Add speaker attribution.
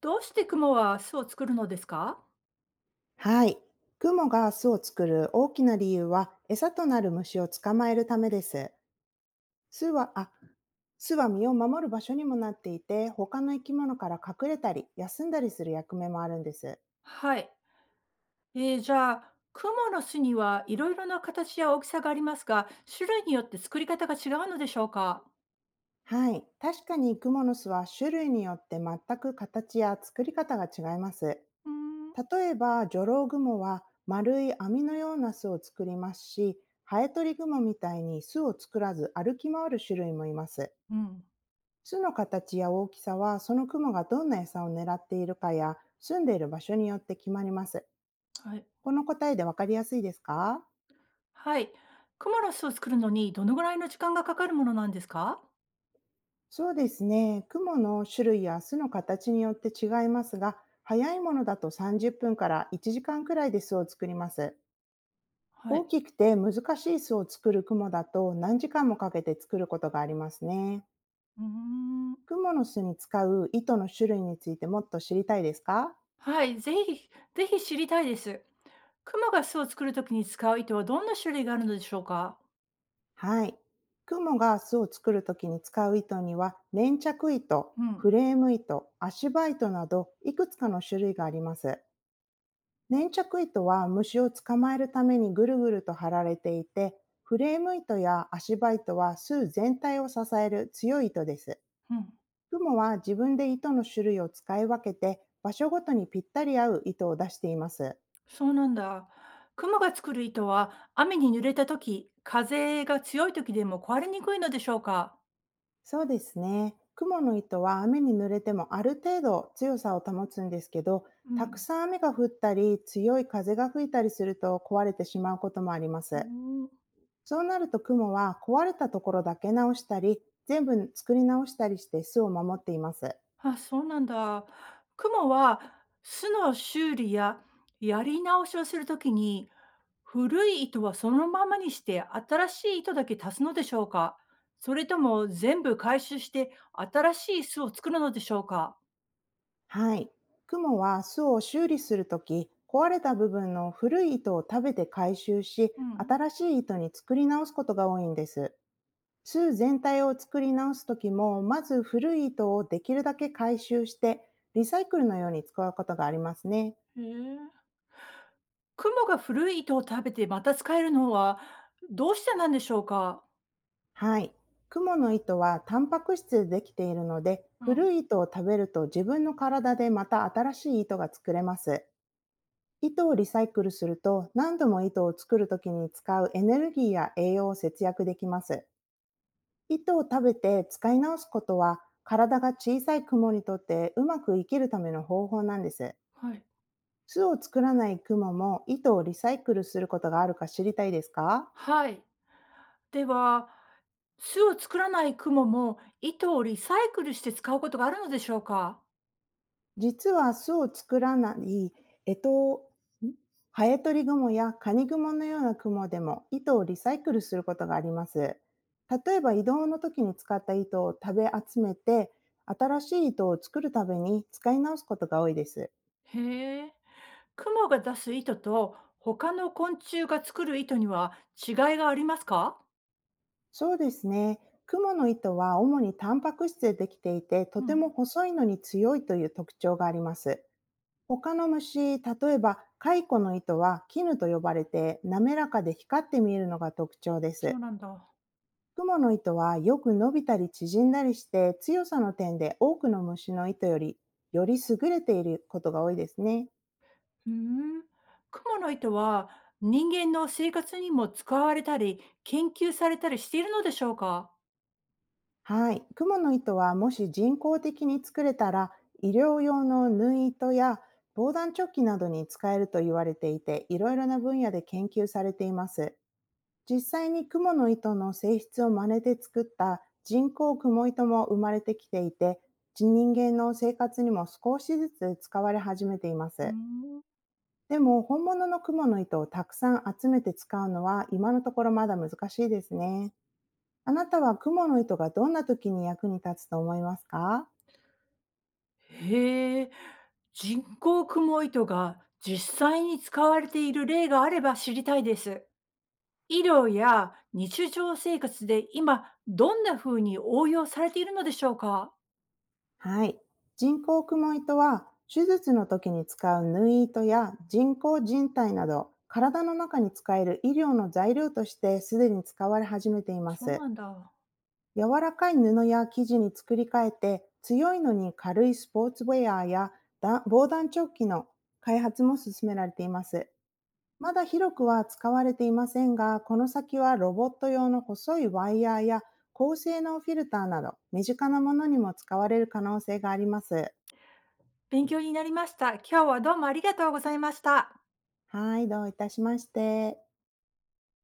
Speaker 1: どうして雲は巣を作るのですか？
Speaker 2: はい。雲が巣を作る大きな理由は、餌となる虫を捕まえるためです。巣は、あ、巣は身を守る場所にもなっていて、他の生き物から隠れたり、休んだりする役目もあるんです。
Speaker 1: はい。じゃあ、雲の巣にはいろいろな形や大きさがありますが、種類によって作り方が違うのでしょうか？
Speaker 2: はい。確かに蜘蛛の巣は種類によって全く形や作り方が違います。
Speaker 1: うーん。
Speaker 2: 例えば、ジョロウグモは丸い網のような巣を作りますし、ハエトリグモみたいに巣を作らず歩き回る種類もいます。
Speaker 1: うん。
Speaker 2: 巣の形や大きさは、そのクモがどんな餌を狙っているかや、住んでいる場所によって決まります。
Speaker 1: はい。
Speaker 2: この答えでわかりやすいですか？
Speaker 1: はい。雲の巣を作るのにどのぐらいの時間がかかるものなんですか？
Speaker 2: そうですね。クモの種類や巣の形によって違いますが、早いものだと30分から1時間くらいで巣を作ります。
Speaker 1: は
Speaker 2: 大
Speaker 1: い。
Speaker 2: きくて難しい巣を作るクモだと、何時間もかけて作ることがありますね。
Speaker 1: うーん。
Speaker 2: クモの巣に使う糸の種類についてもっと知りたいですか？
Speaker 1: はい。ぜひ、知りたいです。雲が巣を作るときに使う糸はどんな種類があるのでしょうか？
Speaker 2: はい。雲が巣を作るときに使う糸には、粘着糸、
Speaker 1: うん。
Speaker 2: フレーム糸、足場糸など、いくつかの種類があります。粘着糸は虫を捕まえるためにぐるぐると張られていて、フレーム糸や足場糸は巣全体を支える強い糸です。
Speaker 1: うん。
Speaker 2: 雲は自分で糸の種類を使い分けて、場所ごとにぴったり合う糸を出しています。
Speaker 1: そうなんだ。雲が作る糸は雨に濡れた時、風が強い時でも壊れにくいのでしょうか。
Speaker 2: そうですね。雲の糸は雨に濡れてもある程度強さを保つんですけど、
Speaker 1: う
Speaker 2: たく
Speaker 1: ん。
Speaker 2: さん雨が降ったり強い風が吹いたりすると壊れてしまうこともありま
Speaker 1: う
Speaker 2: す。
Speaker 1: ん。
Speaker 2: そうなると、雲は壊れたところだけ直したり、全部作り直したりして巣を守っています。
Speaker 1: あ、そうなんだ。雲は巣の修理ややり直しをするときに、古い糸はそのままにして新しい糸だけ足すのでしょうか。それとも全部回収して新しい巣を作るのでしょうか。
Speaker 2: はい。雲は巣を修理するとき、壊れた部分の古い糸を食べて回収し、
Speaker 1: うん。
Speaker 2: 新しい糸に作り直すことが多いんです。巣全体を作り直すときも、まず古い糸をできるだけ回収して、リサイクルのように使うことがありますね。
Speaker 1: へえ。雲が古い糸を食べてまた使えるのはどうしてなんでしょうか？
Speaker 2: はい。クモの糸はタンパク質でできているので、
Speaker 1: うん。
Speaker 2: 古い糸を食べると自分の体でまた新しい糸が作れます。糸をリサイクルすると、何度も糸を作るときに使うエネルギーや栄養を節約できます。糸を食べて使い直すことは、体が小さいクモにとってうまく生きるための方法なんです。
Speaker 1: はい。
Speaker 2: 巣を作らないクモも糸をリサイクルすることがあるか知りたいですか？
Speaker 1: はい。では、巣を作らないクモも糸をリサイクルして使うことがあるのでしょうか？
Speaker 2: 実は巣を作らないエトウ、んハエトリグモやカニグモのようなクモでも糸をリサイクルすることがあります。例えば移動の時に使った糸を食べ集めて、新しい糸を作るために使い直すことが多いです。
Speaker 1: へえ。クモが出す糸と他の昆虫が作る糸には違いがありますか？
Speaker 2: そうですね。クモの糸は主にタンパク質でできていて、と
Speaker 1: う
Speaker 2: て
Speaker 1: ん。
Speaker 2: も細いのに強いという特徴があります。他の虫、例えばカイコの糸は絹と呼ばれて、滑らかで光って見えるのが特徴で
Speaker 1: そう
Speaker 2: す。
Speaker 1: なんだ。
Speaker 2: クモの糸はよく伸びたり縮んだりして、強さの点で多くの虫の糸より優れていることが多いですね。
Speaker 1: ふーん。クモの糸は人間の生活にも使われたり、研究されたりしているのでしょうか？
Speaker 2: はい。クモの糸はもし人工的に作れたら、医療用の縫い糸や防弾チョッキなどに使えると言われていて、いろいろな分野で研究されています。実際に蜘蛛の糸の性質を真似て作った人工蜘蛛糸も生まれてきていて、人間の生活にも少しずつ使われ始めていま
Speaker 1: うー
Speaker 2: す。
Speaker 1: ん。
Speaker 2: でも本物の蜘蛛の糸をたくさん集めて使うのは、今のところまだ難しいですね。あなたは蜘蛛の糸がどんな時に役に立つと思いますか？
Speaker 1: へえ。人工雲糸が実際に使われている例があれば知りたいです。医療や日常生活で今どんな風に応用されているのでしょうか？
Speaker 2: はい。人工クモ糸は、手術の時に使う縫い糸や人工人体など、体の中に使える医療の材料としてすでに使われ始めていま
Speaker 1: そう
Speaker 2: す。
Speaker 1: なんだ。
Speaker 2: 柔らかい布や生地に作り変えて、強いのに軽いスポーツウェアや防弾チョッキの開発も進められています。まだ広くは使われていませんが、この先はロボット用の細いワイヤーや高性能フィルターなど、身近なものにも使われる可能性があります。
Speaker 1: 勉強になりました。今日はどうもありがとうございました。
Speaker 2: はい、どういたしまして。